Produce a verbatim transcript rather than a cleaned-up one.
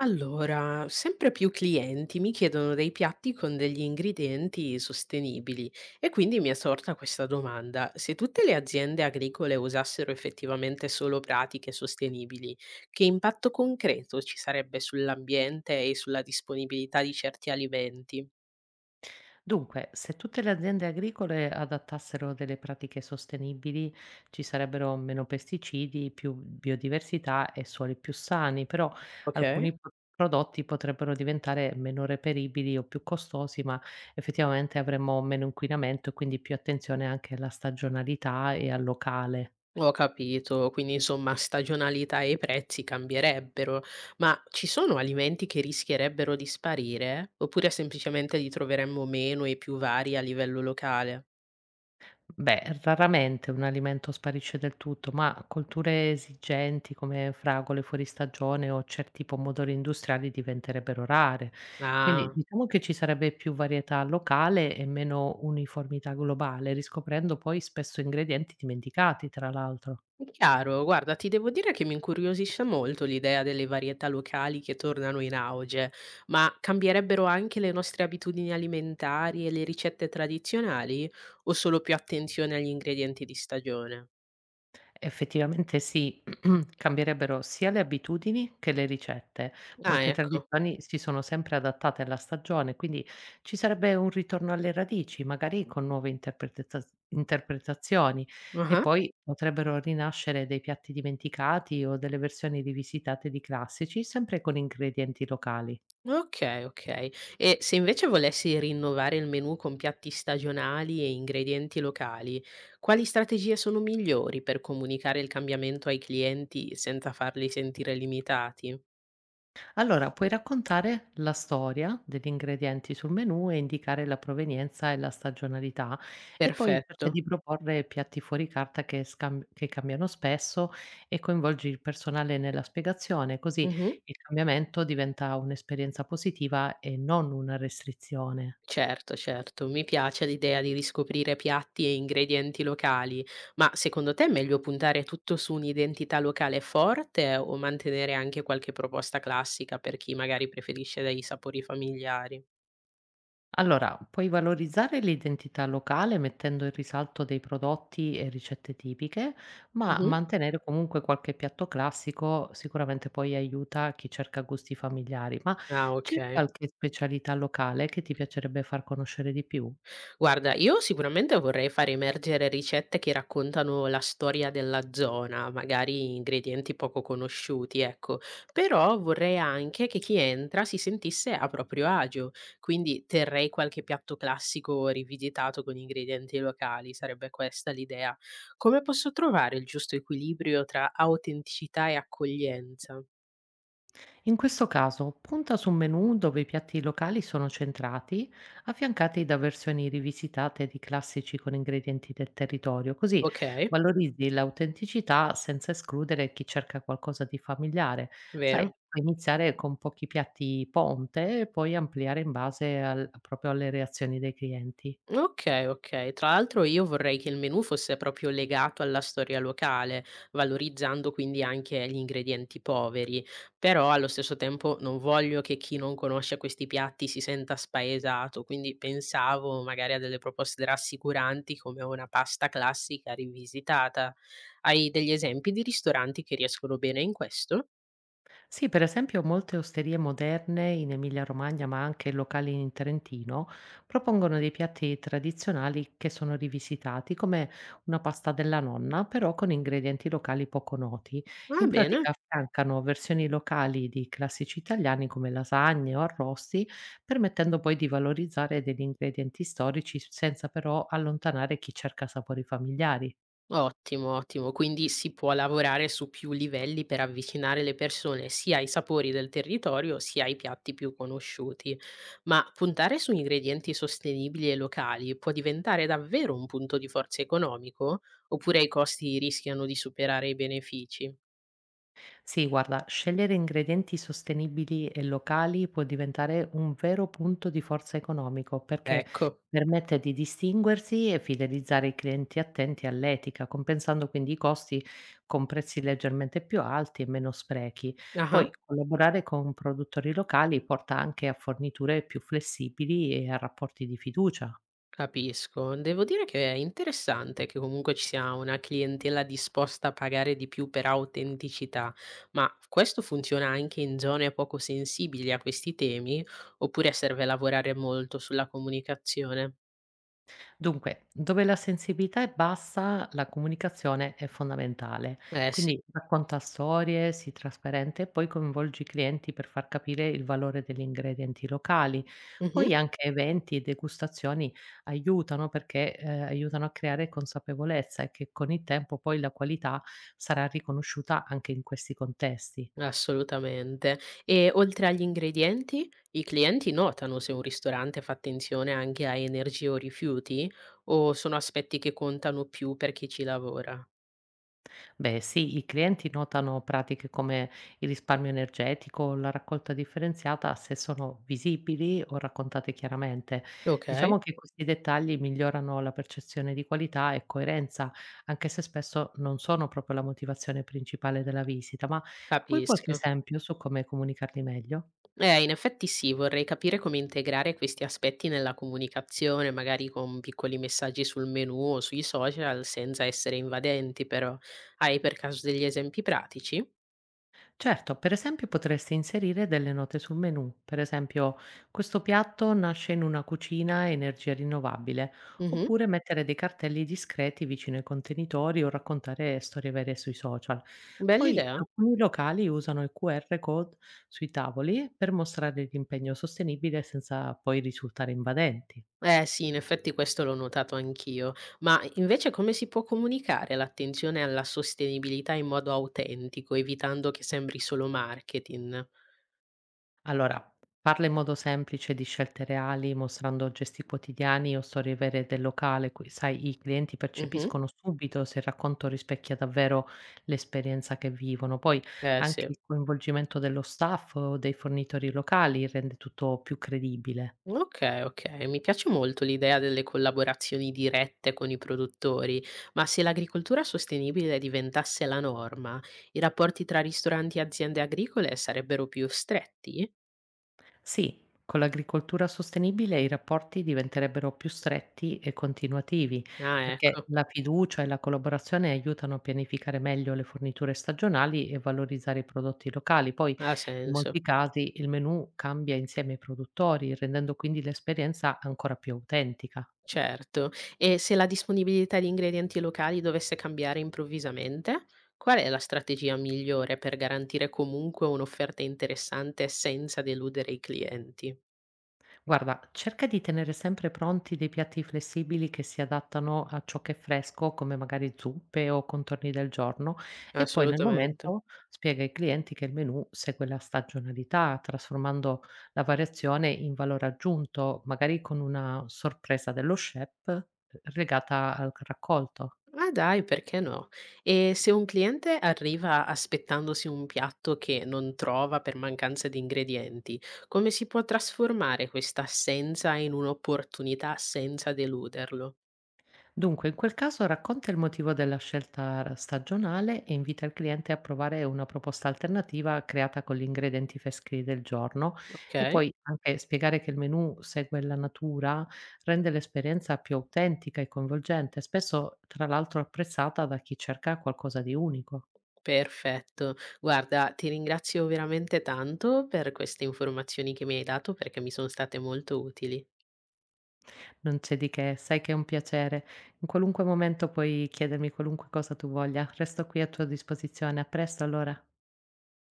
Allora, sempre più clienti mi chiedono dei piatti con degli ingredienti sostenibili e quindi mi è sorta questa domanda. Se tutte le aziende agricole usassero effettivamente solo pratiche sostenibili, che impatto concreto ci sarebbe sull'ambiente e sulla disponibilità di certi alimenti? Dunque, se tutte le aziende agricole adattassero delle pratiche sostenibili, ci sarebbero meno pesticidi, più biodiversità e suoli più sani, però Ok? alcuni pro- prodotti potrebbero diventare meno reperibili o più costosi, ma effettivamente avremmo meno inquinamento e quindi più attenzione anche alla stagionalità e al locale. Ho capito, quindi insomma stagionalità e prezzi cambierebbero, ma ci sono alimenti che rischierebbero di sparire? Oppure semplicemente li troveremmo meno e più vari a livello locale? Beh, raramente un alimento sparisce del tutto, ma colture esigenti come fragole fuori stagione o certi pomodori industriali diventerebbero rare. Quindi Ah, diciamo che ci sarebbe più varietà locale e meno uniformità globale, riscoprendo poi spesso ingredienti dimenticati, tra l'altro. chiaro, guarda, ti devo dire che mi incuriosisce molto l'idea delle varietà locali che tornano in auge, ma cambierebbero anche le nostre abitudini alimentari e le ricette tradizionali o solo più attenzione agli ingredienti di stagione? Effettivamente sì, cambierebbero sia le abitudini che le ricette. Ah, Molte ecco. tradizioni si sono sempre adattate alla stagione, quindi ci sarebbe un ritorno alle radici, magari con nuove interpretazio- interpretazioni, e Ah. poi potrebbero rinascere dei piatti dimenticati o delle versioni rivisitate di classici, sempre con ingredienti locali. Okay, okay. E se invece volessi rinnovare il menù con piatti stagionali e ingredienti locali, quali strategie sono migliori per comunicare il cambiamento ai clienti senza farli sentire limitati? Allora, puoi raccontare la storia degli ingredienti sul menù e indicare la provenienza e la stagionalità e poi cerca Perfetto. di proporre piatti fuori carta che, scam- che cambiano spesso e coinvolgi il personale nella spiegazione, così Mh-mh. il cambiamento diventa un'esperienza positiva e non una restrizione. Certo, certo, mi piace l'idea di riscoprire piatti e ingredienti locali, ma secondo te è meglio puntare tutto su un'identità locale forte o mantenere anche qualche proposta classica per chi magari preferisce dei sapori familiari? Allora, puoi valorizzare l'identità locale mettendo in risalto dei prodotti e ricette tipiche, ma Mh-mh. mantenere comunque qualche piatto classico sicuramente poi aiuta chi cerca gusti familiari. Ma Ah, c'è okay. qualche specialità locale che ti piacerebbe far conoscere di più? Guarda, io sicuramente vorrei far emergere ricette che raccontano la storia della zona, magari ingredienti poco conosciuti, ecco. Però vorrei anche che chi entra si sentisse a proprio agio, quindi terrei qualche piatto classico rivisitato con ingredienti locali, sarebbe questa l'idea. Come posso trovare il giusto equilibrio tra autenticità e accoglienza? In questo caso, punta su un menù dove i piatti locali sono centrati, affiancati da versioni rivisitate di classici con ingredienti del territorio, così Okay, valorizzi l'autenticità senza escludere chi cerca qualcosa di familiare. Sai, vero. puoi iniziare con pochi piatti ponte e poi ampliare in base al- proprio alle reazioni dei clienti. Okay, okay. Tra l'altro io vorrei che il menù fosse proprio legato alla storia locale, valorizzando quindi anche gli ingredienti poveri, però allo stesso tempo non voglio che chi non conosce questi piatti si senta spaesato, quindi pensavo magari a delle proposte rassicuranti come una pasta classica rivisitata. Hai degli esempi di ristoranti che riescono bene in questo? Sì, per esempio molte osterie moderne in Emilia-Romagna, ma anche locali in Trentino, propongono dei piatti tradizionali che sono rivisitati, come una pasta della nonna, però con ingredienti locali poco noti. Ah, In bene. pratica affiancano versioni locali di classici italiani come lasagne o arrosti, permettendo poi di valorizzare degli ingredienti storici senza però allontanare chi cerca sapori familiari. Ottimo, ottimo. Quindi si può lavorare su più livelli per avvicinare le persone sia ai sapori del territorio sia ai piatti più conosciuti. Ma puntare su ingredienti sostenibili e locali può diventare davvero un punto di forza economico? Oppure i costi rischiano di superare i benefici? Sì, guarda, scegliere ingredienti sostenibili e locali può diventare un vero punto di forza economico perché Ecco. permette di distinguersi e fidelizzare i clienti attenti all'etica, compensando quindi i costi con prezzi leggermente più alti e meno sprechi. Ah. Poi collaborare con produttori locali porta anche a forniture più flessibili e a rapporti di fiducia. Capisco. Devo dire che è interessante che comunque ci sia una clientela disposta a pagare di più per autenticità, ma questo funziona anche in zone poco sensibili a questi temi, oppure serve lavorare molto sulla comunicazione? Dunque, dove la sensibilità è bassa, la comunicazione è fondamentale. Eh sì. Quindi racconta storie, sii trasparente e poi coinvolgi i clienti per far capire il valore degli ingredienti locali. Mhm. Poi anche eventi e degustazioni aiutano perché eh, aiutano a creare consapevolezza e che con il tempo poi la qualità sarà riconosciuta anche in questi contesti. Assolutamente. E oltre agli ingredienti, i clienti notano se un ristorante fa attenzione anche a energie o rifiuti, o sono aspetti che contano più per chi ci lavora? Beh, sì, i clienti notano pratiche come il risparmio energetico, la raccolta differenziata se sono visibili o raccontate chiaramente. Ok, Diciamo che questi dettagli migliorano la percezione di qualità e coerenza, anche se spesso non sono proprio la motivazione principale della visita. Ma vuoi qualche capisco. esempio su come comunicarli meglio? Eh, in effetti sì, vorrei capire come integrare questi aspetti nella comunicazione, magari con piccoli messaggi sul menu o sui social, senza essere invadenti, però. Hai per caso degli esempi pratici? Certo, per esempio potresti inserire delle note sul menù, per esempio questo piatto nasce in una cucina a energia rinnovabile, Mhm. oppure mettere dei cartelli discreti vicino ai contenitori o raccontare storie vere sui social. Bella Poi idea. alcuni locali usano il Q R code sui tavoli per mostrare l'impegno sostenibile senza poi risultare invadenti. Eh sì, in effetti questo l'ho notato anch'io, ma invece come si può comunicare l'attenzione alla sostenibilità in modo autentico, evitando che sembri solo marketing? Allora, parla in modo semplice di scelte reali, mostrando gesti quotidiani o storie vere del locale. qui- Sai, i clienti Mhm. percepiscono subito se il racconto rispecchia davvero l'esperienza che vivono. Poi Eh sì. anche il coinvolgimento dello staff o dei fornitori locali rende tutto più credibile. Okay, okay. Mi piace molto l'idea delle collaborazioni dirette con i produttori, ma se l'agricoltura sostenibile diventasse la norma, i rapporti tra ristoranti e aziende agricole sarebbero più stretti? Sì, con l'agricoltura sostenibile i rapporti diventerebbero più stretti e continuativi, Ah, perché ecco, la fiducia e la collaborazione aiutano a pianificare meglio le forniture stagionali e valorizzare i prodotti locali. Poi, ha in senso. molti casi, il menù cambia insieme ai produttori, rendendo quindi l'esperienza ancora più autentica. Certo. E se la disponibilità di ingredienti locali dovesse cambiare improvvisamente, qual è la strategia migliore per garantire comunque un'offerta interessante senza deludere i clienti? Guarda, cerca di tenere sempre pronti dei piatti flessibili che si adattano a ciò che è fresco, come magari zuppe o contorni del giorno, e poi nel Assolutamente. momento spiega ai clienti che il menù segue la stagionalità, trasformando la variazione in valore aggiunto, magari con una sorpresa dello chef eh, legata al raccolto. Ah dai, perché no? E se un cliente arriva aspettandosi un piatto che non trova per mancanza di ingredienti, come si può trasformare questa assenza in un'opportunità senza deluderlo? Dunque, in quel caso racconta il motivo della scelta stagionale e invita il cliente a provare una proposta alternativa creata con gli ingredienti freschi del giorno e Ok? poi anche spiegare che il menù segue la natura rende l'esperienza più autentica e coinvolgente, spesso tra l'altro apprezzata da chi cerca qualcosa di unico. Perfetto. Guarda, ti ringrazio veramente tanto per queste informazioni che mi hai dato perché mi sono state molto utili. Non c'è di che, sai che è un piacere. In qualunque momento puoi chiedermi qualunque cosa tu voglia. Resto qui a tua disposizione. A presto allora.